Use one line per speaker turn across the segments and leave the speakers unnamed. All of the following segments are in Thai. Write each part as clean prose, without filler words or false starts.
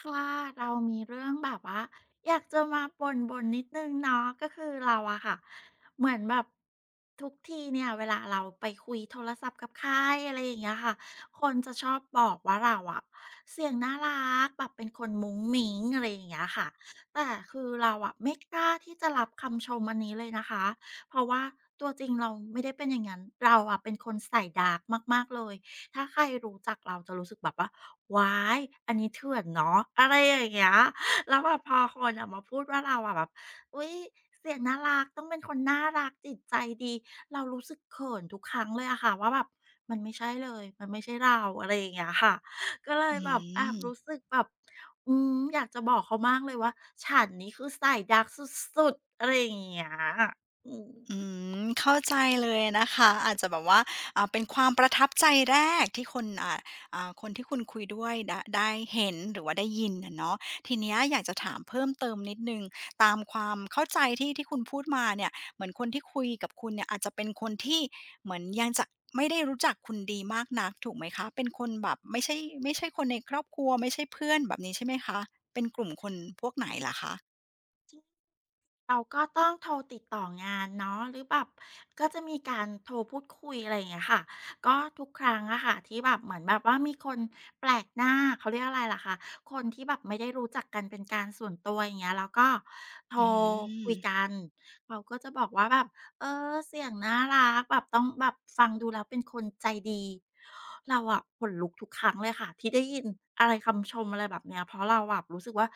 ค่ะเรามีเรื่องแบบว่าอยากจะมาบ่นๆนนิดนึงเนาะก็คือเราอะค่ะเหมือนแบบทุกทีเนี่ยเวลาเราไปคุยโทรศัพท์กับใครอะไรอย่างเงี้ยค่ะคนจะชอบบอกว่าเราอะเสียงน่ารักแบบเป็นคนมุ้งมิ้งอะไรอย่างเงี้ยค่ะแต่คือเราอะไม่กล้าที่จะรับคำชมอันนี้เลยนะคะเพราะว่าตัวจริงเราไม่ได้เป็นอย่างงั้นเราอะเป็นคนใส่ดาร์กมากๆเลย ถ้าใครรู้จักเราจะรู้สึกแบบว่าว้ายอันนี้เถื่อนเนาะอะไรอย่างเงี้ยแล้วแบบพอคนอะมาพูดว่าเราอะแบบอุยเสียงน่ารักต้องเป็นคนน่ารักจิตใจดีเรารู้สึกเขินทุกครั้งเลยอะค่ะว่าแบบมันไม่ใช่เลยมันไม่ใช่เราอะไรอย่างเงี้ยค่ะก็เลย
อื
แบบแอบ
ม
รู้สึกแบบอืมอยากจะบอกเขามากเลยว่าฉันนี้คือสายดักสุดๆอะไรอย่างเงี้ยอื
อื
ม
มเข้าใจเลยนะคะอาจจะแบบว่าเป็นความประทับใจแรกที่คนคนที่คุณคุยด้วยดะได้เห็นหรือว่าได้ยินอะเนาะทีเนี้ยอยากจะถามเพิ่มเติมนิดหนึ่งตามความเข้าใจที่คุณพูดมาเนี่ยเหมือนคนที่คุยกับคุณเนี่ยอาจจะเป็นคนที่เหมือนยังจะไม่ได้รู้จักคุณดีมากนักถูกไหมคะ เป็นคนแบบไม่ใช่ไม่ใช่คนในครอบครัวไม่ใช่เพื่อนแบบนี้ใช่ไหมคะเป็นกลุ่มคนพวกไหนเหรอคะ
เราก็ต้องโทรติดต่องานเนาะหรือแบบก็จะมีการโทรพูดคุยอะไรอย่างเงี้ยค่ะก็ทุกครั้งอะค่ะที่แบบเหมือนแบบว่ามีคนแปลกหน้าเขาเรียกอะไรล่ะคะคนที่แบบไม่ได้รู้จักกันเป็นการส่วนตัวอย่างเงี้ยแล้วก็โทร
อื
คุ
ม
ยกันเขาก็จะบอกว่าแบบเออเสียงน่ารักแบบต้องแบบฟังดูแล้วเป็นคนใจดีเราอะขนลุกทุกครั้งเลยค่ะที่ได้ยินอะไรคำชมอะไรแบบเนี้ยเพราะเราแบบรู้สึกว่า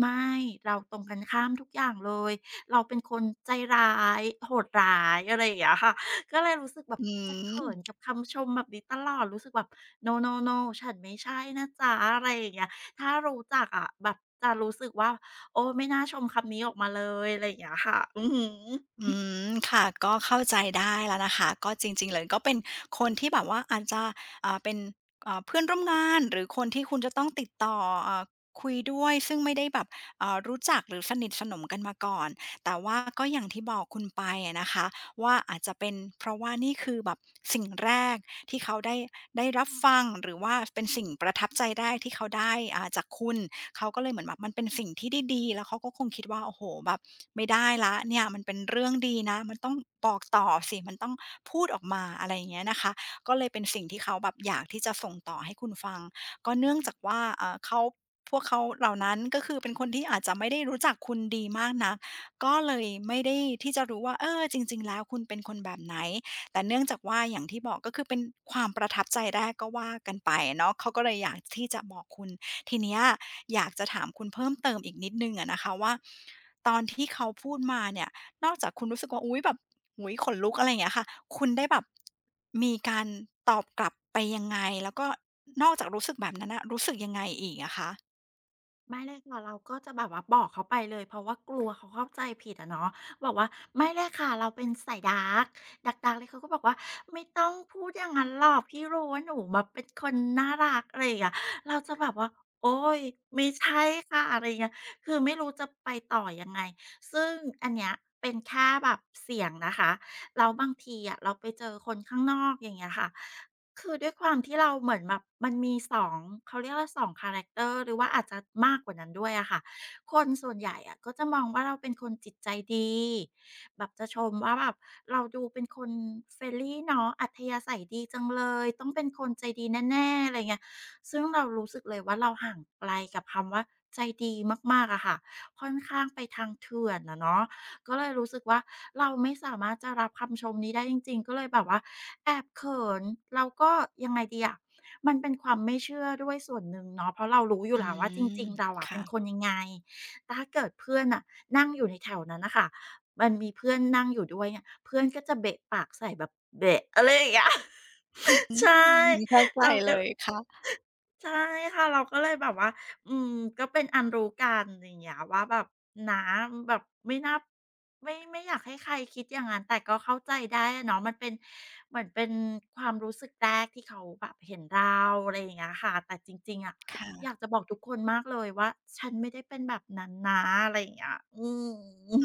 ไม่เราตรงกันข้ามทุกอย่างเลย เราเป็นคนใจร้ายโหดร้ายอะไรอย่างเงี้ยค่ะก็เลยรู้สึกแบบ
อื
จะ
ม
เขินกับคำชมแบบนี้ตลอดรู้สึกแบบ "No no no ฉันไม่ใช่นะจ๊ะอะไรอย่างเงี้ยถ้ารู้จักอะแบบจะรู้สึกว่าโอ้ไม่น่าชมคำนี้ออกมาเลยอะไรอย่างเงี้ยค่ะอือหือ
อืมค่ะก็เข้าใจได้แล้วนะคะก็จริงๆเลยก็เป็นคนที่แบบว่าอาจจะเป็นเพื่อนร่วมงานหรือคนที่คุณจะต้องติดต่ออ่าคุยด้วยซึ่งไม่ได้แบบรู้จักหรือสนิทสนมกันมาก่อนแต่ว่าก็อย่างที่บอกคุณไปอะนะคะว่าอาจจะเป็นเพราะว่านี่คือแบบสิ่งแรกที่เขาได้รับฟังหรือว่าเป็นสิ่งประทับใจแรกที่เขาได้จากคุณ เขาก็เลยเหมือนแบบมันเป็นสิ่งที่ดีๆแล้วเขาก็คงคิดว่าโอ้โหแบบไม่ได้แล้วเนี่ยมันเป็นเรื่องดีนะมันต้องบอกต่อสิมันต้องพูดออกมาอะไรอย่างเงี้ยนะคะก็เลยเป็นสิ่งที่เขาแบบอยากที่จะส่งต่อให้คุณฟังก็เนื่องจากว่าเขาพวกเขาเหล่านั้นก็คือเป็นคนที่อาจจะไม่ได้รู้จักคุณดีมากนักก็เลยไม่ได้ที่จะรู้ว่าเออจริงๆแล้วคุณเป็นคนแบบไหน แต่เนื่องจากว่าอย่างที่บอกก็คือเป็นความประทับใจแรกก็ว่ากันไปเนาะเขาก็เลยอยากที่จะบอกคุณทีเนี้ยอยากจะถามคุณเพิ่มเติมอีกนิดนึงอะนะคะว่าตอนที่เขาพูดมาเนี่ยนอกจากคุณรู้สึกว่าอุ๊ยแบบอุ้ยขนลุกอะไรอย่างเงี้ยค่ะคุณได้แบบมีการตอบกลับไปยังไงแล้วก็นอกจากรู้สึกแบบนั้นนะรู้สึกยังไงอีกอะคะ
ไม่เลยค่ะเราก็จะแบบว่าบอกเขาไปเลยเพราะว่ากลัวเขาเข้าใจผิดอะเนาะบอกว่าไม่เลยค่ะเราเป็นสาย dark d a r กดาร์กๆเลยเขาก็บอกว่าไม่ต้องพูดอย่างนั้นหรอกพี่รู้ว่าหนูแบบเป็นคนน่ารักอะไรอย่างเงี้ยเราจะแบบว่าโอ๊ยไม่ใช่ค่ะอะไรอย่างเงี้ยคือไม่รู้จะไปต่อยังไงซึ่งอันเนี้ยเป็นแค่แบบเสียงนะคะแล้วบางทีอะเราไปเจอคนข้างนอกอย่างเงี้ยค่ะ คือด้วยความที่เราเหมือนแบบมันมีสองเขาเรียกว่าสองคาแรคเตอร์หรือว่าอาจจะมากกว่านั้นด้วยอะค่ะคนส่วนใหญ่อะก็จะมองว่าเราเป็นคนจิตใจดีแบบจะชมว่าแบบเราดูเป็นคนเฟรน n d เนาะอัธยาศัยดีจังเลยต้องเป็นคนใจดีแน่ๆอะไรเงี้ยซึ่งเรารู้สึกเลยว่าเราห่างไกลกับคำว่าใจดีมากๆอะค่ะค่อนข้างไปทางเถื่อนนะเนาะ ก็เลยรู้สึกว่าเราไม่สามารถจะรับคำชมนี้ได้จริงๆก็เลยแบบว่าแอบเขินแล้วก็ยังไงดีอะมันเป็นความไม่เชื่อด้วยส่วนหนึ่งเนาะเพราะเรารู้อยู่
อื
แล้วว่าจริ
ม
งๆเราอะเป็
ค่ะ
นคนยังไง ถ้าเกิดเพื่อนน่ะนั่งอยู่ในแถวนั้นน่ะค่ะมันมีเพื่อนนั่งอยู่ด้วยเนี่ยเพื่อนก็จะเบะปากใส่แบบเบะอะไรอย่างเงี้ย
อื
ใช่
มเข้าใจ
เรา
เล
ก็
ยค่ะ
ใช่ค่ะเราก็เลยแบบว่าอืมก็เป็นอันรู้กันอย่างเงี้ยว่าแบบน้าแบบไม่น่าไม่อยากให้ใครคิดอย่างนั้นแต่ก็เข้าใจได้อะเนาะมันเป็นเหมือนเป็นความรู้สึกแรกที่เขาแบบเห็นเราอะไรอย่างเงี้ยค่ะแต่จริงๆอะอ
ค่ะ
ยากจะบอกทุกคนมากเลยว่าฉันไม่ได้เป็นแบบนั้นนะอะไรอย่างเงี้ยอื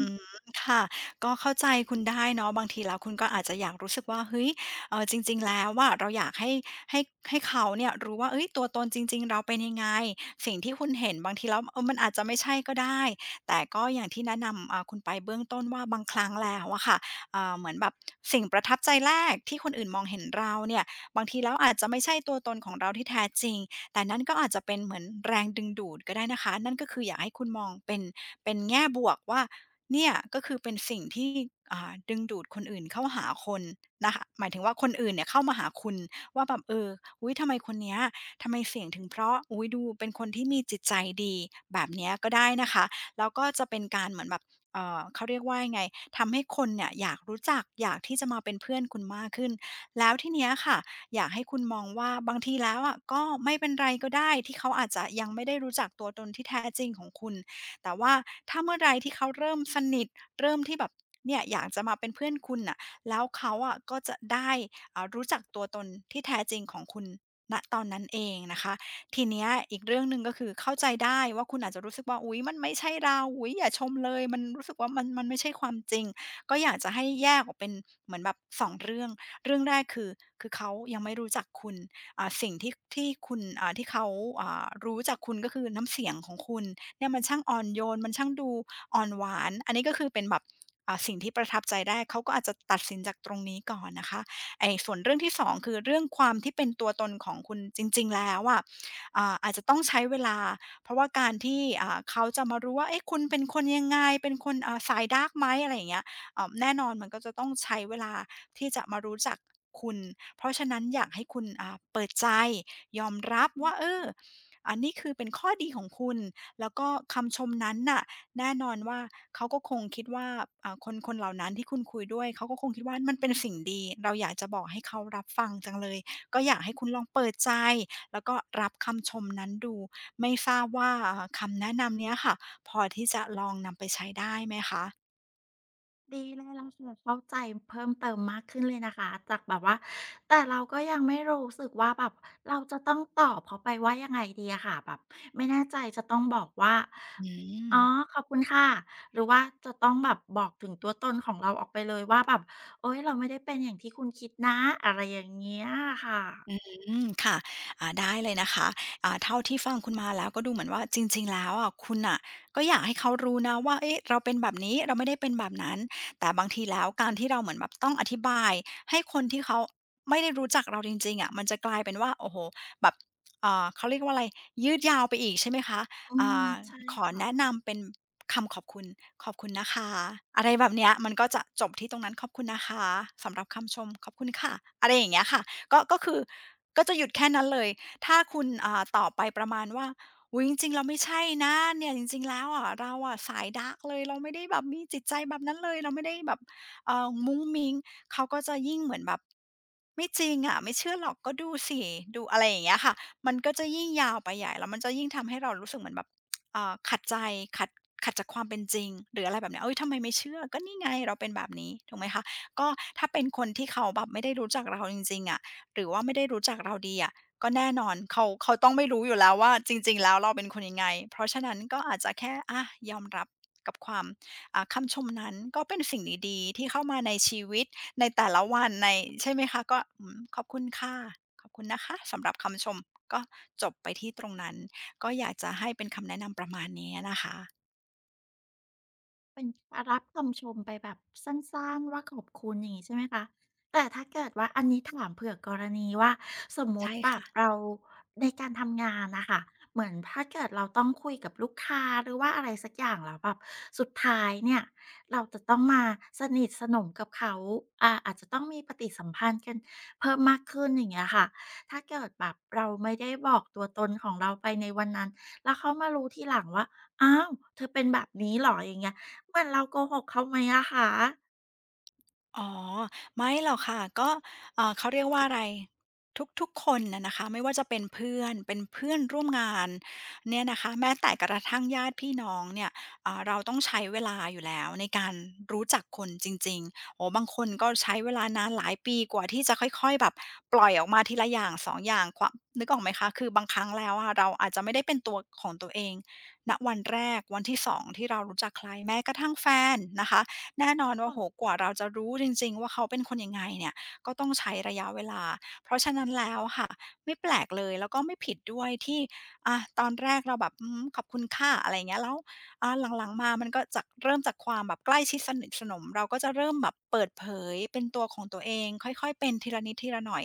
อืมค่ะก็เข้าใจคุณได้เนาะบางทีแล้วคุณก็อาจจะอยากรู้สึกว่าเฮ้ยจริงๆแล้วอะเราอยากให้ให้เขาเนี่ยรู้ว่าเฮ้ยตัวตนจริงๆเราเป็นยังไงสิ่งที่คุณเห็นบางทีแล้วเออมันอาจจะไม่ใช่ก็ได้แต่ก็อย่างที่แนะนำคุณไปเบื้องต้นว่าบางครั้งแล้วอะค่ะเหมือนแบบสิ่งประทับใจแรกที่คนอื่นมองเห็นเราเนี่ยบางทีแล้วอาจจะไม่ใช่ตัวตนของเราที่แท้จริงแต่นั่นก็อาจจะเป็นเหมือนแรงดึงดูดก็ได้นะคะนั่นก็คืออยากให้คุณมองเป็นแง่บวกว่า เนี่ยก็คือเป็นสิ่งที่ดึงดูดคนอื่นเข้าหาคนนะคะหมายถึงว่าคนอื่นเนี่ยเข้ามาหาคุณว่าแบบเอออุ้ยทำไมคนเนี้ยทำไมเสียงถึงเพราะอุ้ยดูเป็นคนที่มีจิตใจดีแบบเนี้ยก็ได้นะคะแล้วก็จะเป็นการเหมือนแบบเออเขาเรียกว่ายังไงทำให้คนเนี่ยอยากรู้จักอยากที่จะมาเป็นเพื่อนคุณมากขึ้นแล้วที่เนี้ยค่ะอยากให้คุณมองว่าบางทีแล้วอะก็ไม่เป็นไรก็ได้ที่เขาอาจจะยังไม่ได้รู้จักตัวตนที่แท้จริงของคุณ แต่ว่าถ้าเมื่อไรที่เขาเริ่มสนิทเริ่มที่แบบเนี่ยอยากจะมาเป็นเพื่อนคุณน่ะแล้วเขาอะก็จะได้รู้จักตัวตนที่แท้จริงของคุณณตอนนั้นเองนะคะทีเนี้ยอีกเรื่องหนึ่งก็คือเข้าใจได้ว่าคุณอาจจะรู้สึกว่าอุ๊ยมันไม่ใช่เราอุ๊ยอย่าชมเลยมันรู้สึกว่ามันไม่ใช่ความจริงก็อยากจะให้แยกออกเป็นเหมือนแบบสองเรื่องเรื่องแรกคือเขายังไม่รู้จักคุณสิ่งที่คุณที่เขารู้จากคุณก็คือน้ำเสียงของคุณ เนี่ยมันช่างอ่อนโยนมันช่างดูอ่อนหวานอันนี้ก็คือเป็นแบบสิ่งที่ประทับใจได้เขาก็อาจจะตัดสินจากตรงนี้ก่อนนะคะไอ้ส่วนเรื่องที่2คือเรื่องความที่เป็นตัวตนของคุณจริงๆแล้วอะอาจจะต้องใช้เวลาเพราะว่าการที่เขาจะมารู้ว่าเอ๊ะคุณเป็นคนยังไงเป็นคนสายดาร์กไหมอะไรอย่างเงี้ยแน่นอนมันก็จะต้องใช้เวลาที่จะมารู้จักคุณเพราะฉะนั้นอยากให้คุณเปิดใจยอมรับว่าเอออันนี้คือเป็นข้อดีของคุณ แล้วก็คำชมนั้นน่ะแน่นอนว่าเขาก็คงคิดว่าคนเหล่านั้นที่คุณคุยด้วยเขาก็คงคิดว่ามันเป็นสิ่งดีเราอยากจะบอกให้เขารับฟังจังเลยก็อยากให้คุณลองเปิดใจแล้วก็รับคำชมนั้นดูไม่ทราบว่าคำแนะนำเนี้ยค่ะพอที่จะลองนำไปใช้ได้ไหมคะ
ดีเลยเราจะเข้าใจเพิ่มเติมมากขึ้นเลยนะคะจากแบบว่าแต่เราก็ยังไม่รู้สึกว่าแบบเราจะต้องตอบเขาไปว่ายังไงดีอะค่ะแบบไม่แน่ใจจะต้องบอกว่า
อื
อ๋อ
ม
ขอบคุณค่ะหรือว่าจะต้องแบบบอกถึงตัวตนของเราออกไปเลยว่าแบบโอ๊ยเราไม่ได้เป็นอย่างที่คุณคิดนะอะไรอย่างเงี้ยค่ะ
อืมค่ะได้เลยนะคะเท่าที่ฟังคุณมาแล้วก็ดูเหมือนว่าจริงๆแล้วอะคุณน่ะก็อยากให้เขารู้นะว่าเอ๊ะเราเป็นแบบนี้เราไม่ได้เป็นแบบนั้นแต่บางทีแล้วการที่เราเหมือนแบบต้องอธิบายให้คนที่เขาไม่ได้รู้จักเราจริงๆอะมันจะกลายเป็นว่าโอ้โฮแบบเอ่าเขาเรียกว่าอะไรยืดยาวไปอีกใช่ไหมคะ
อื
อ่
ม
า
ใช่
ขอแนะ
ค่ะ
นำเป็นคำขอบคุณขอบคุณนะคะอะไรแบบเนี้ยมันก็จะจบที่ตรงนั้นขอบคุณนะคะสำหรับคำชมขอบคุณค่ะอะไรอย่างเงี้ยค่ะ ก็คือก็จะหยุดแค่นั้นเลย ถ้าคุณตอบไปประมาณว่าอุ๊ยจริงๆเราไม่ใช่นะเนี่ยจริงๆแล้วอะเราอะสายดาร์กเลยเราไม่ได้แบบมีจิตใจแบบนั้นเลยเราไม่ได้แบบมุ้งมิ้งเขาก็จะยิ่งเหมือนแบบไม่จริงอะไม่เชื่อหรอกก็ดูสิดูอะไรอย่างเงี้ยค่ะมันก็จะยิ่งยาวไปใหญ่แล้วมันจะยิ่งทำให้เรารู้สึกเหมือนแบบขัดใจขัดขัดจากความเป็นจริงหรืออะไรแบบเนี้ยเฮ้ยทำไมไม่เชื่อก็นี่ไงเราเป็นแบบนี้ถูกไหมคะก็ถ้าเป็นคนที่เขาแบบไม่ได้รู้จักเราจริงๆอะ หรือว่าไม่ได้รู้จักเราดีอะก็แน่นอนเขาต้องไม่รู้อยู่แล้วว่าจริงๆแล้วเราเป็นคนยังไงเพราะฉะนั้นก็อาจจะแค่อายอมรับกับความคำชมนั้นก็เป็นสิ่งดีๆที่เข้ามาในชีวิตในแต่ละวันในใช่ไหมคะก็อืมขอบคุณค่ะขอบคุณนะคะสำหรับคำชมก็จบไปที่ตรงนั้นก็อยากจะให้เป็นคำแนะนำประมาณนี้อะนะคะ
เป็นรับคำชมไปแบบสั้นๆว่าขอบคุณอย่างงี้ใช่ไหมคะแต่ถ้าเกิดว่าอันนี้ถามเผื่อกรณีว่าสมมุ
ใช่
ติแบบ
ค่ะ
เราในการทำงานน่ะค่ะเหมือนถ้าเกิดเราต้องคุยกับลูกค้าหรือว่าอะไรสักอย่างแล้วแบบสุดท้ายเนี่ยเราจะต้องมาสนิทสนมกับเขาอาจจะต้องมีปฏิสัมพันธ์กันเพิ่มมากขึ้นอย่างเงี้ยค่ะถ้าเกิดแบบเราไม่ได้บอกตัวตนของเราไปในวันนั้นแล้วเขามารู้ทีหลังว่าอ้าวเธอเป็นแบบนี้เหรออย่างเงี้ย เหมือนเราโกหกเขาไหมอะคะ
อ๋อไม่หรอกค่ะก็เขาเรียกว่าอะไรทุกๆคนน่ะนะคะไม่ว่าจะเป็นเพื่อนเป็นเพื่อนร่วมงานเนี่ยนะคะแม้แต่กระทั่งญาติพี่น้องเนี่ยเราต้องใช้เวลาอยู่แล้วในการรู้จักคนจริงๆโอ้โฮบางคนก็ใช้เวลานานหลายปีกว่าที่จะค่อยๆแบบปล่อยออกมาทีละอย่าง2องอย่างความนึกออกไหมคะคือบางครั้งแล้วอะเราอาจจะไม่ได้เป็นตัวของตัวเองณวันแรกวันที่สองที่เรารู้จักใครแม้กระทั่งแฟนนะคะ แน่นอนว่าโหกว่าเราจะรู้จริงๆว่าเขาเป็นคนยังไงเนี่ยก็ต้องใช้ระยะเวลา เพราะฉะนั้นแล้วค่ะไม่แปลกเลยแล้วก็ไม่ผิดด้วยที่อาตอนแรกเราแบบอืมขอบคุณค่ะอะไรอย่างเงี้ยแล้วอาหลังๆมามันก็จากเริ่มจากความแบบใกล้ชิดสนิทสนมเราก็จะเริ่มแบบเปิดเผยเป็นตัวของตัวเองค่อยๆเป็นทีละนิดทีละหน่อย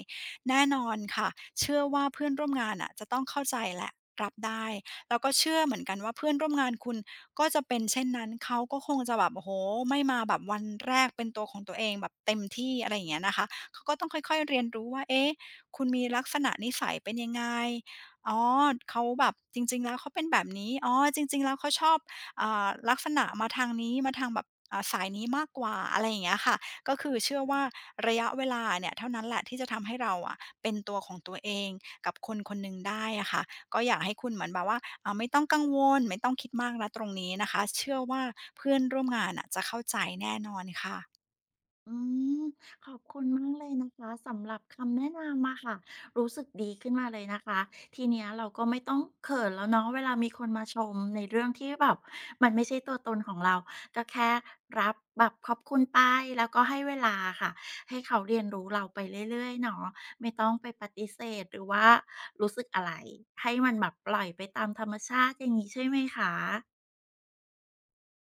แน่นอนค่ะเชื่อว่าเพื่อนร่วมงานน่ะจะต้องเข้าใจแหละรับได้แล้วก็เชื่อเหมือนกันว่าเพื่อนร่วมงานคุณ ก็จะเป็นเช่นนั้นเขาก็คงจะแบบโอ้โฮไม่มาแบบวันแรกเป็นตัวของตัวเองแบบเต็มที่อะไรอย่างเงี้ยนะคะเขาก็ต้องค่อยๆเรียนรู้ว่าเอ๊ะคุณมีลักษณะนิสัยเป็นยังไงอ๋อเขาแบบจริงๆแล้วเขาเป็นแบบนี้อ๋อจริงๆแล้วเขาชอบลักษณะมาทางนี้มาทางแบบสายนี้มากกว่าอะไรอย่างเงี้ยค่ะก็คือเชื่อว่าระยะเวลาเนี่ยเท่านั้นแหละที่จะทำให้เราอะเป็นตัวของตัวเองกับคนคนหนึ่งได้อะค่ะ ก็อยากให้คุณเหมือนแบบว่าไม่ต้องกังวลไม่ต้องคิดมากนะตรงนี้นะคะเชื่อว่าเพื่อนร่วมงานอ่ะจะเข้าใจแน่นอนค่ะ
อืมขอบคุณมากเลยนะคะสำหรับคำแนะนำอะค่ะรู้สึกดีขึ้นมาเลยนะคะทีเนี้ยเราก็ไม่ต้องเขินแล้วเนาะเวลามีคนมาชมในเรื่องที่แบบมันไม่ใช่ตัวตนของเราก็แค่รับแบบขอบคุณไปแล้วก็ให้เวลาค่ะให้เขาเรียนรู้เราไปเรื่อยๆเนาะไม่ต้องไปปฏิเสธหรือว่ารู้สึกอะไรให้มันแบบปล่อยไปตามธรรมชาติอย่างงี้ใช่ไหมคะ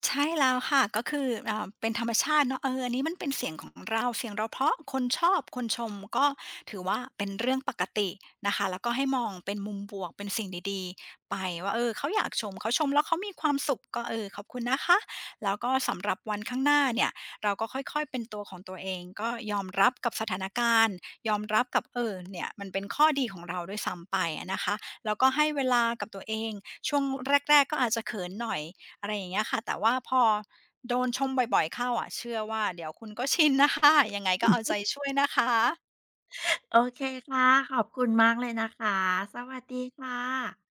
ใช่แล้วค่ะก็คือเป็นธรรมชาติเนาะเอออันนี้มันเป็นเสียงของเราเสียงเราเพราะคนชอบคนชมก็ถือว่าเป็นเรื่องปกตินะคะแล้วก็ให้มองเป็นมุมบวกเป็นสิ่งดีๆไปว่าเออเขาอยากชมเขาชมแล้วเขามีความสุขก็เออขอบคุณนะคะแล้วก็สำหรับวันข้างหน้าเนี่ยเราก็ค่อยๆเป็นตัวของตัวเองก็ยอมรับกับสถานการณ์ยอมรับกับเออเนี่ยมันเป็นข้อดีของเราด้วยซ้ำไปอะนะคะแล้วก็ให้เวลากับตัวเองช่วงแรกๆก็อาจจะเขินหน่อย อะไรอย่างเงี้ยค่ะแต่ว่าพอโดนชมบ่อยๆเข้าอะเชื่อว่าเดี๋ยวคุณก็ชิน นะคะยังไงก็เอาใจช่วยนะคะ
โอเคค่ะขอบคุณมากเลยนะคะสวัสดีค่ะ